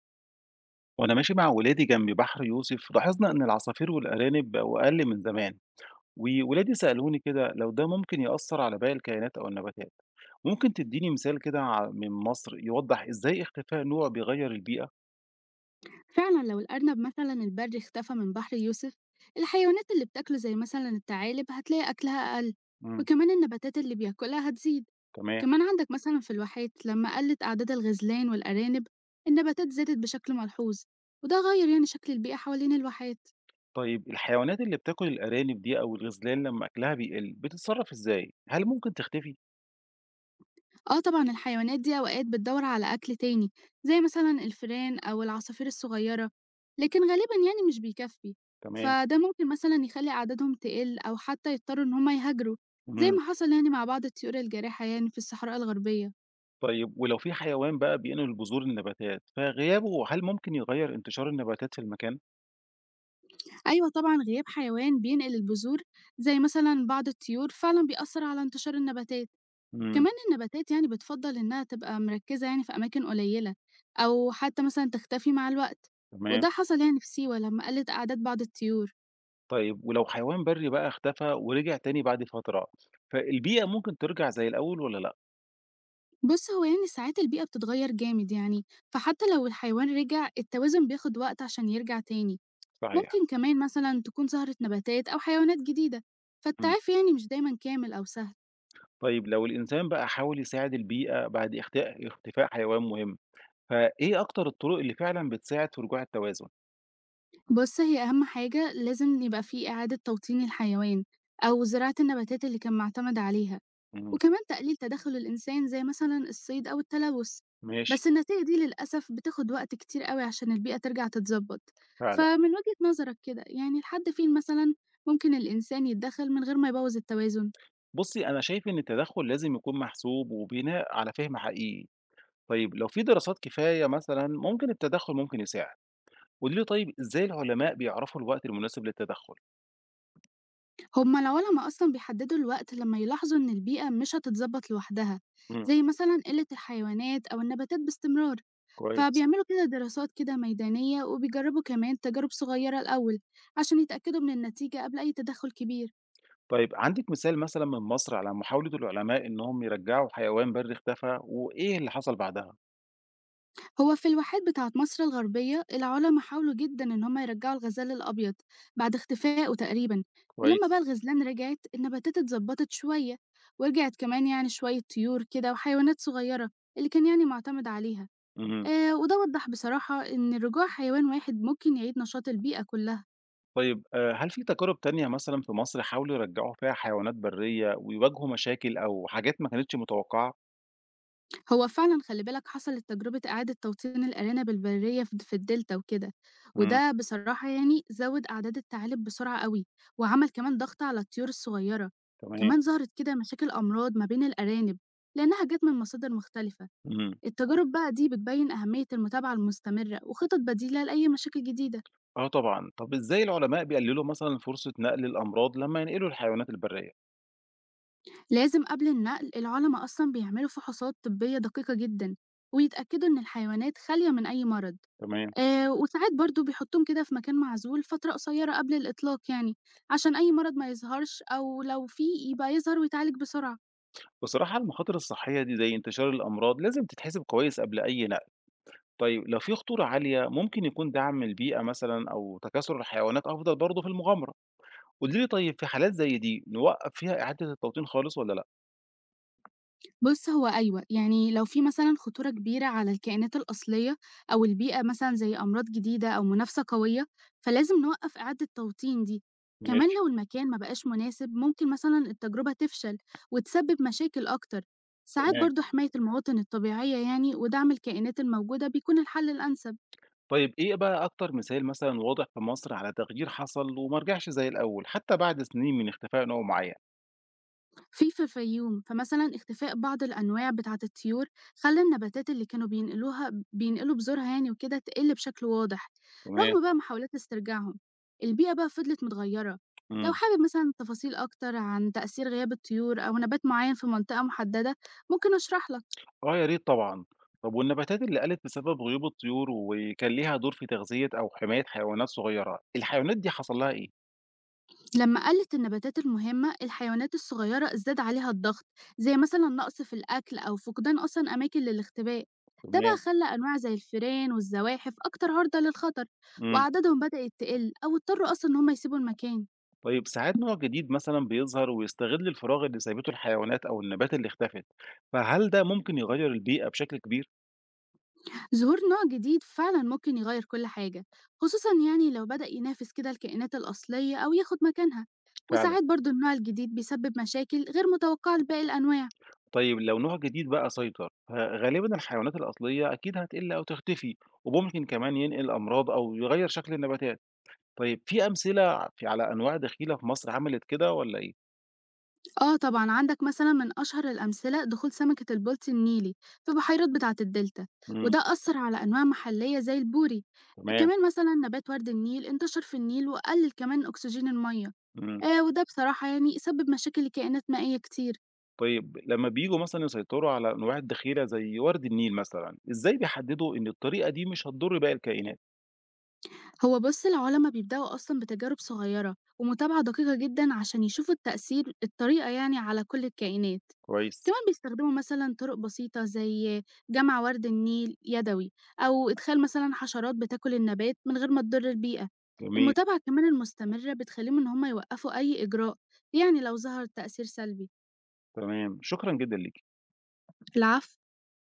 وأنا ماشي مع ولادي جنب بحر يوسف لاحظنا إن العصافير والأرانب بقوا أقل من زمان. وولادي سألوني كده لو ده ممكن يأثر على باقي الكائنات أو النباتات. ممكن تديني مثال كده من مصر يوضح إزاي اختفاء نوع بيغير البيئة؟ فعلا لو الأرنب مثلا البري اختفى من بحر يوسف. الحيوانات اللي بتاكله زي مثلا الثعالب هتلاقي أكلها أقل، امم. وكمان النباتات اللي بياكلها هتزيد. تمام. كمان عندك مثلا في الواحات لما قلت أعداد الغزلان والأرانب، النباتات زادت بشكل ملحوظ، وده غير يعني شكل البيئة حوالين الواحات. طيب الحيوانات اللي بتاكل الأرانب دي أو الغزلان لما أكلها بيقل بتتصرف إزاي؟ هل ممكن تختفي؟ آه طبعًا الحيوانات دي أوقات بتدوّر على أكل تاني، زي مثلًا الفئران أو العصافير الصغيرة، لكن غالبًا يعني مش بيكفّي، تمام. فده ممكن مثلًا يخلّي أعدادهم تقِل أو حتى يضطروا إن هم يهاجروا، زي امم. ما حصل يعني مع بعض الطيور الجارحة يعني في الصحراء الغربية. طيب ولو في حيوان بقى بينقل بذور النباتات فغيابه هل ممكن يغير انتشار النباتات في المكان؟ أيوه طبعًا غياب حيوان بينقل البذور، زي مثلًا بعض الطيور، فعلًا بيأثّر على انتشار النباتات. امم. كمان النباتات يعني بتفضل إنها تبقى مركزة يعني في أماكن قليلة، أو حتى مثلا تختفي مع الوقت. تمام. وده حصل يعني في سيوة لما قلت أعداد بعض الطيور. طيب ولو حيوان بري بقى اختفى ورجع تاني بعد فترة، فالبيئة ممكن ترجع زي الأول والّا لأ؟ بص، هو يعني ساعات البيئة بتتغير جامد يعني، فحتى لو الحيوان رجع، التوازن بياخد وقت عشان يرجع تاني. صحيح. ممكن كمان مثلا تكون ظهرت نباتات أو حيوانات جديدة، إمم. فالتعافي يعني مش دايما كامل أو سهل. طيب لو الإنسان بقى حاول يساعد البيئة بعد اختفاء حيوان مهم، فإيه أكتر الطرق اللي فعلًا بتساعد في رجوع التوازن؟ بص، هي أهم حاجة لازم يبقى فيه إعادة توطين الحيوان، أو زراعة النباتات اللي كان معتمد عليها، إمم. وكمان تقليل تدخل الإنسان زي مثلا الصيد أو التلوث. ماشي. بس النتائج دي للأسف بتاخد وقت كتير قوي عشان البيئة ترجع تتظبط. فعلًا. فمن وجهة نظرك كده يعني لحد فين مثلا ممكن الإنسان يتدخل من غير ما يبوظ التوازن؟ بُصّي، أنا شايف إن التدخُّل لازم يكون محسوب وبناء على فهم حقيقي. طيب لو في دراسات كفاية مثلًا ممكن التدخُّل ممكن يساعد، قولي لي طيب إزاي العلماء بيعرفوا الوقت المناسب للتدخُّل؟ هما العلماء أصلا بيحددوا الوقت لما يلاحظوا إن البيئة مش هتتظبط لوحدها، إمم. زي مثلا قلة الحيوانات أو النباتات باستمرار. كويس. فبيعملوا كده دراسات كده ميدانية، وبيجربوا كمان تجارب صغيرة الأول عشان يتأكدوا من النتيجة قبل أي تدخل كبير. طيب عندِك مثال مثلًا من مصر على محاولة العلماء إنهم يرجعوا حيوان بري اختفى، وإيه اللي حصل بعدها؟ هو في الواحات بتاعة مصر الغربية العلماء حاولوا جدا إن هم يرجعوا الغزال الأبيض بعد اختفائه تقريبا، ولما بقى كويس. الغزلان رجعت، النباتات اتظبطت شوية، ورجعت كمان يعني شوية طيور كده وحيوانات صغيرة اللي كان يعني معتمد عليها. اهم. آه، وده وضح بصراحة إن رجوع حيوان واحد ممكن يعيد نشاط البيئة كلها. طيب هل في تجارب تانية مثلًا في مصر حاولوا يرجعوا فيها حيوانات برية ويواجهوا مشاكل أو حاجات ما كانتش متوقعة؟ هو فعلا خلي بالك حصلت تجربة إعادة توطين الأرانب البرية في الدلتا وكده، إمم. وده بصراحة يعني زود أعداد الثعالب بسرعة قوي، وعمل كمان ضغط على الطيور الصغيرة. تمام. كمان ظهرت كده مشاكل أمراض ما بين الأرانب لأنها جت من مصادر مختلفة. إمم. التجارب بقى دي بتبين أهمية المتابعة المستمرة وخطط بديلة لأي مشاكل جديدة. آه طبعًا، طب إزاي العلماء بيقللوا مثلًا فرصة نقل الأمراض لمّا ينقلوا الحيوانات البرية؟ لازم قبل النقل العلماء أصلا بيعملوا فحوصات طبية دقيقة جدا، ويتأكدوا إن الحيوانات خالية من أي مرض. تمام. وساعات برضه بيحطّوهم كده في مكان معزول فترة قصيّرة قبل الإطلاق يعني، عشان أي مرض ما يظهرش، أو لو في يبقى يظهر ويتعالج بسرعة. بصراحة المخاطر الصحية دي زي انتشار الأمراض لازم تتحسب كويس قبل أي نقل، طيب لو في خطورة عالية ممكن يكون دعم البيئة مثلًا أو تكاثر الحيوانات أفضل برضه في المغامرة، قولي لي طيب في حالات زي دي نوقّف فيها إعادة التوطين خالص والّا لأ؟ بُص، هو أيوه، يعني لو في مثلًا خطورة كبيرة على الكائنات الأصلية أو البيئة مثلًا زي أمراض جديدة أو منافسة قوية، فلازم نوقّف إعادة توطين دي. كمان ماشي. لو المكان ما بقاش مناسب، ممكن مثلًا التجربة تفشل وتسبب مشاكل أكتر. ساعات تمام. برضه حماية المواطن الطبيعية يعني ودعم الكائنات الموجودة بيكون الحل الأنسب. طيب إيه بقى أكتر مثال مثلًا واضح في مصر على تغيير حصل وما رجعش زي الأول حتى بعد سنين من اختفاء نوع معين؟ في الفيوم فمثلًا اختفاء بعض الأنواع بتاعة الطيور خلّى النباتات اللي كانوا بينقلوا بذورها يعني وكده تقِل بشكل واضح، تمام. رغم بقى محاولات استرجاعهم، البيئة بقى فضلت متغيّرة. لو امم. حابب مثلًا تفاصيل أكتر عن تأثير غياب الطيور أو نبات معيّن في منطقة محددة ممكن أشرح لك. آه يا ريت طبعًا، طب والنباتات اللي قَلِت بسبب غيوب الطيور وكان ليها دور في تغذية أو حماية حيوانات صغيرة، الحيوانات دي حصل لها إيه؟ لما قلت النباتات المهمة، الحيوانات الصغيرة ازداد عليها الضغط، زي مثلا نقص في الأكل أو فقدان أصلا أماكن للاختباء. ده بقى تمام. خلى أنواع زي الفئران والزواحف أكتر عرضة للخطر، امم. وأعدادهم بدأت تقل أو اضطروا أصلا إن هم يسيبوا المكان. طيب ساعات نوع جديد مثلا بيظهر ويستغل الفراغ اللي سابته الحيوانات أو النبات اللي اختفت فهل ده ممكن يغير البيئة بشكل كبير؟ ظهور نوع جديد فعلا ممكن يغير كل حاجة، خصوصا يعني لو بدأ ينافس كده الكائنات الأصلية أو ياخد مكانها. فعلا. وساعات برضو النوع الجديد بيسبب مشاكل غير متوقعة لباقي الأنواع. طيب لو نوع جديد بقى سيطر فغالبا الحيوانات الأصلية أكيد هتقل أو تختفي وممكن كمان ينقل أمراض أو يغير شكل النباتات. طيب في أمثلة في على أنواع دخيلة في مصر عملت كده ولا إيه؟ آه طبعًا، عندك مثلًا من أشهر الأمثلة دخول سمكة البلطي النيلي في بحيرات بتاعة الدلتا، امم. وده أثّر على أنواع محلية زي البوري. تمام. كمان مثلًا نبات ورد النيل انتشر في النيل وقلل كمان أكسجين المَيّة. امم. وده بصراحة يعني سبب مشاكل لكائنات مائية كتير. طيب لما بيجوا مثلا يسيطروا على أنواع الدخيلة زي ورد النيل مثلا إزاي بيحددوا إن الطريقة دي مش هتضر باقي الكائنات؟ هو بُص العُلما بيبدأوا أصلًا بتجارب صغيرة، ومتابعة دقيقة جدًا عشان يشوفوا التأثير الطريقة يعني على كل الكائنات. كويس. كمان بيستخدموا مثلًا طرق بسيطة زي جمع ورد النيل يدوي، أو إدخال مثلًا حشرات بتاكل النبات من غير ما تضر البيئة. جميل. المتابعة كمان المستمرة بتخليهم إن هم يوقفوا أي إجراء، يعني لو ظهر تأثير سلبي. تمام، شكرًا جدًا ليكِ. العفو.